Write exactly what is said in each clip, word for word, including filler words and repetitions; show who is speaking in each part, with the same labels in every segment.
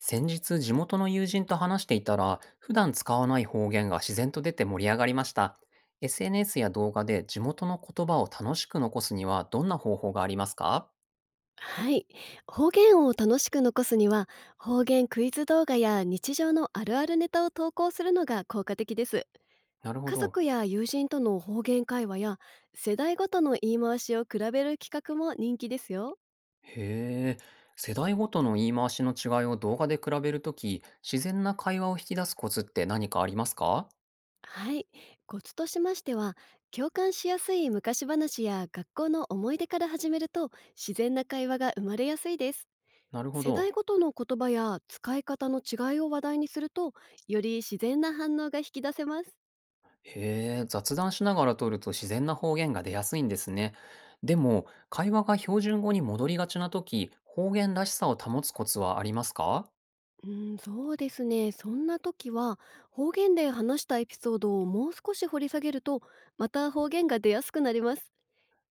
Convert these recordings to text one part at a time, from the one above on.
Speaker 1: 先日地元の友人と話していたら普段使わない方言が自然と出て盛り上がりました。 エスエヌエス や動画で地元の言葉を楽しく残すにはどんな方法がありますか？
Speaker 2: はい。方言を楽しく残すには、方言クイズ動画や日常のあるあるネタを投稿するのが効果的です。
Speaker 1: なるほ
Speaker 2: 家
Speaker 1: ど。
Speaker 2: 族や友人との方言会話や、世代ごとの言い回しを比べる企画も人気ですよ。
Speaker 1: へえ。世代ごとの言い回しの違いを動画で比べるとき、自然な会話を引き出すコツって何かありますか？
Speaker 2: はい。コツとしましては、共感しやすい昔話や学校の思い出から始めると、自然な会話が生まれやすいです。
Speaker 1: なるほ
Speaker 2: 世
Speaker 1: ど。
Speaker 2: 代ごとの言葉や使い方の違いを話題にすると、より自然な反応が引き出せます。
Speaker 1: へえ、雑談しながら撮ると自然な方言が出やすいんですね。でも、会話が標準語に戻りがちなとき、方言らしさを保つコツはありますか？
Speaker 2: うん、そうですね。そんな時は方言で話したエピソードをもう少し掘り下げるとまた方言が出やすくなります。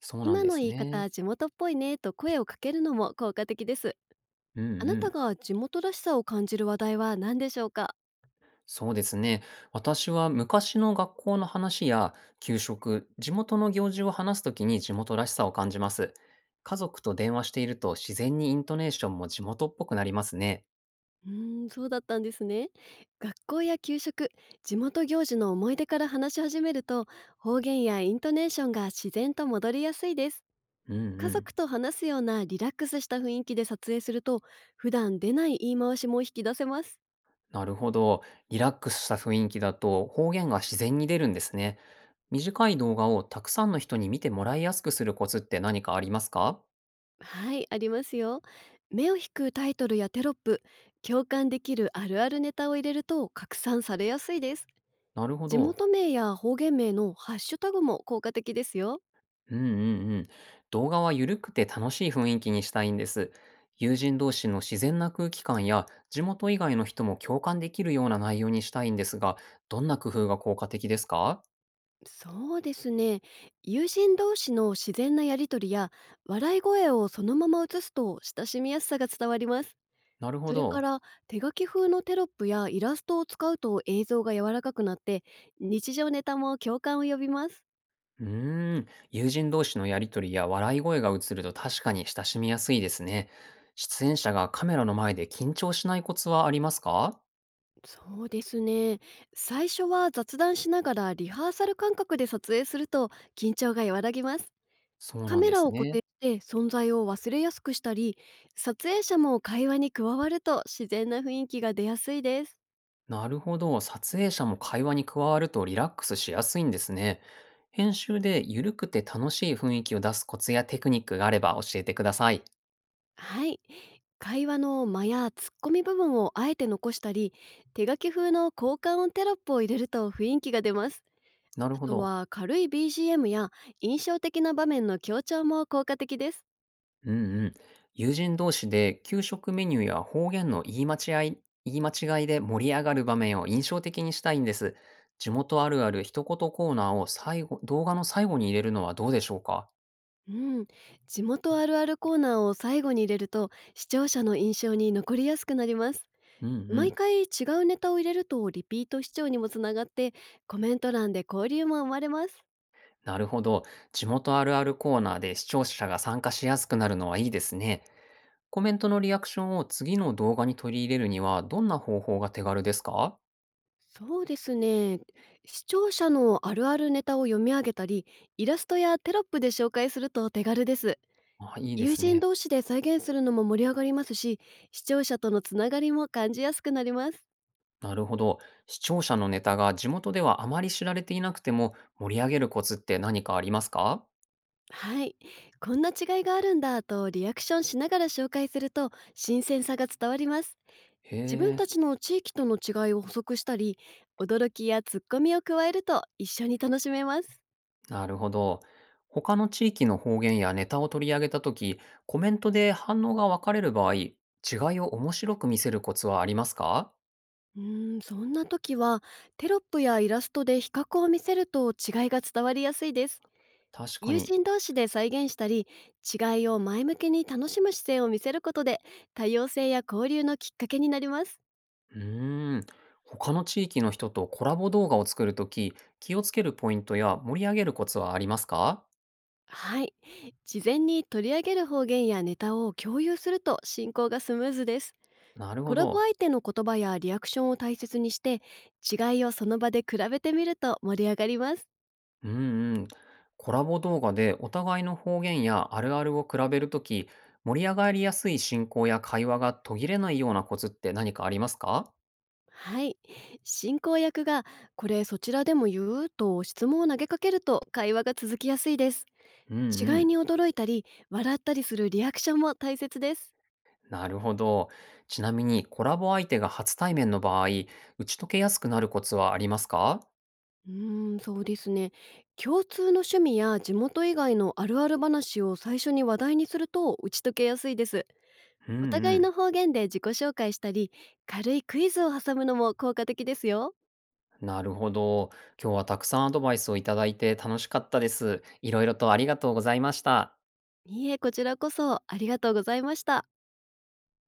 Speaker 1: そうなん
Speaker 2: 今
Speaker 1: で
Speaker 2: の
Speaker 1: す
Speaker 2: 言い
Speaker 1: ね。
Speaker 2: 方地元っぽいねと声をかけるのも効果的です。
Speaker 1: うんう
Speaker 2: あなた
Speaker 1: ん。
Speaker 2: が地元らしさを感じる話題は何でしょうか？
Speaker 1: そうですね。私は昔の学校の話や給食、地元の行事を話すときに地元らしさを感じます。家族と電話していると自然にイントネーションも地元っぽくなりますね。
Speaker 2: うーん、そうだったんですね。学校や給食、地元行事の思い出から話し始めると方言やイントネーションが自然と戻りやすいです。
Speaker 1: うんう
Speaker 2: 家
Speaker 1: ん。
Speaker 2: 族と話すようなリラックスした雰囲気で撮影すると普段出ない言い回しも引き出せます。
Speaker 1: なるほど。リラックスした雰囲気だと方言が自然に出るんですね。短い動画をたくさんの人に見てもらいやすくするコツって何かありますか？
Speaker 2: はい、ありますよ。目を引くタイトルやテロップ、共感できるあるあるネタを入れると拡散されやすいです。
Speaker 1: なるほ
Speaker 2: 地
Speaker 1: ど。
Speaker 2: 元名や方言名のハッシュタグも効果的ですよ。
Speaker 1: うんうんうん。動画は緩くて楽しい雰囲気にしたいんです。友人同士の自然な空気感や地元以外の人も共感できるような内容にしたいんですが、どんな工夫が効果的ですか？
Speaker 2: そうですね。友人同士の自然なやりとりや笑い声をそのまま映すと親しみやすさが伝わります。
Speaker 1: なるほ
Speaker 2: それか
Speaker 1: ど。
Speaker 2: ら、手書き風のテロップやイラストを使うと映像が柔らかくなって、日常ネタも共感を呼びます。
Speaker 1: うーん、友人同士のやりとりや笑い声が映ると確かに親しみやすいですね。出演者がカメラの前で緊張しないコツはありますか？
Speaker 2: そうですね。最初は雑談しながらリハーサル感覚で撮影すると緊張が和らぎます。
Speaker 1: そう
Speaker 2: カ
Speaker 1: なん
Speaker 2: メ
Speaker 1: で
Speaker 2: ラ
Speaker 1: す
Speaker 2: を固定
Speaker 1: ね。
Speaker 2: して存在を忘れやすくしたり、撮影者も会話に加わると自然な雰囲気が出やすいです。
Speaker 1: なるほど。撮影者も会話に加わるとリラックスしやすいんですね。編集で緩くて楽しい雰囲気を出すコツやテクニックがあれば教えてください。
Speaker 2: はい。会話の間やツッコミ部分をあえて残したり、手書き風の交換音テロップを入れると雰囲気が出ます。
Speaker 1: なる
Speaker 2: あ
Speaker 1: ほ
Speaker 2: と
Speaker 1: ど。
Speaker 2: は軽い ビージーエム や印象的な場面の強調も効果的です。
Speaker 1: うんうん。友人同士で給食メニューや方言の言い間違い、言い間違いで盛り上がる場面を印象的にしたいんです。地元あるある一言コーナーを最後、動画の最後に入れるのはどうでしょうか？
Speaker 2: うん、地元あるあるコーナーを最後に入れると視聴者の印象に残りやすくなります。
Speaker 1: うんう
Speaker 2: 毎
Speaker 1: ん。
Speaker 2: 回違うネタを入れるとリピート視聴にもつながって、コメント欄で交流も生まれます。
Speaker 1: なるほど。地元あるあるコーナーで視聴者が参加しやすくなるのはいいですね。コメントのリアクションを次の動画に取り入れるにはどんな方法が手軽ですか？
Speaker 2: そうですね。視聴者のあるあるネタを読み上げたり、イラストやテロップで紹介すると手軽です。
Speaker 1: あ、いいで
Speaker 2: 友
Speaker 1: す
Speaker 2: 人
Speaker 1: ね。
Speaker 2: 同士で再現するのも盛り上がりますし、視聴者とのつながりも感じやすくなります。
Speaker 1: なるほど。視聴者のネタが地元ではあまり知られていなくても盛り上げるコツって何かありますか？
Speaker 2: はい。こんな違いがあるんだとリアクションしながら紹介すると新鮮さが伝わります。
Speaker 1: へ
Speaker 2: 自分た
Speaker 1: え、
Speaker 2: ちの地域との違いを補足したり、驚きやツッコミを加えると一緒に楽しめます。
Speaker 1: なるほど。他の地域の方言やネタを取り上げたとき、コメントで反応が分かれる場合、違いを面白く見せるコツはありますか？
Speaker 2: うーん、そんな時はテロップやイラストで比較を見せると違いが伝わりやすいです。
Speaker 1: 確か
Speaker 2: 友
Speaker 1: に。
Speaker 2: 人同士で再現したり、違いを前向きに楽しむ姿勢を見せることで、多様性や交流のきっかけになります。
Speaker 1: うーん。他の地域の人とコラボ動画を作るとき、気をつけるポイントや盛り上げるコツはありますか？
Speaker 2: はい、事前に取り上げる方言やネタを共有すると進行がスムーズです。
Speaker 1: なる
Speaker 2: コ
Speaker 1: ほ
Speaker 2: ラボ
Speaker 1: ど。
Speaker 2: 相手の言葉やリアクションを大切にして、違いをその場で比べてみると盛り上がります。
Speaker 1: うんうん。コラボ動画でお互いの方言やあるあるを比べるとき、盛り上がりやすい進行や会話が途切れないようなコツって何かありますか？
Speaker 2: はい、進行役が、これそちらでも言うと質問を投げかけると会話が続きやすいです。
Speaker 1: うんう
Speaker 2: 違い
Speaker 1: ん。
Speaker 2: に驚いたり笑ったりするリアクションも大切です。
Speaker 1: なるほど。ちなみにコラボ相手が初対面の場合、打ち解けやすくなるコツはありますか？
Speaker 2: うーん、そうですね。共通の趣味や地元以外のあるある話を最初に話題にすると打ち解けやすいです。
Speaker 1: うん
Speaker 2: お
Speaker 1: う
Speaker 2: 互いの
Speaker 1: ん。
Speaker 2: 方言で自己紹介したり、軽いクイズを挟むのも効果的ですよ。
Speaker 1: なるほど。今日はたくさんアドバイスをいただいて楽しかったです。いろいろとありがとうございました。
Speaker 2: いいえ、こちらこそありがとうございました。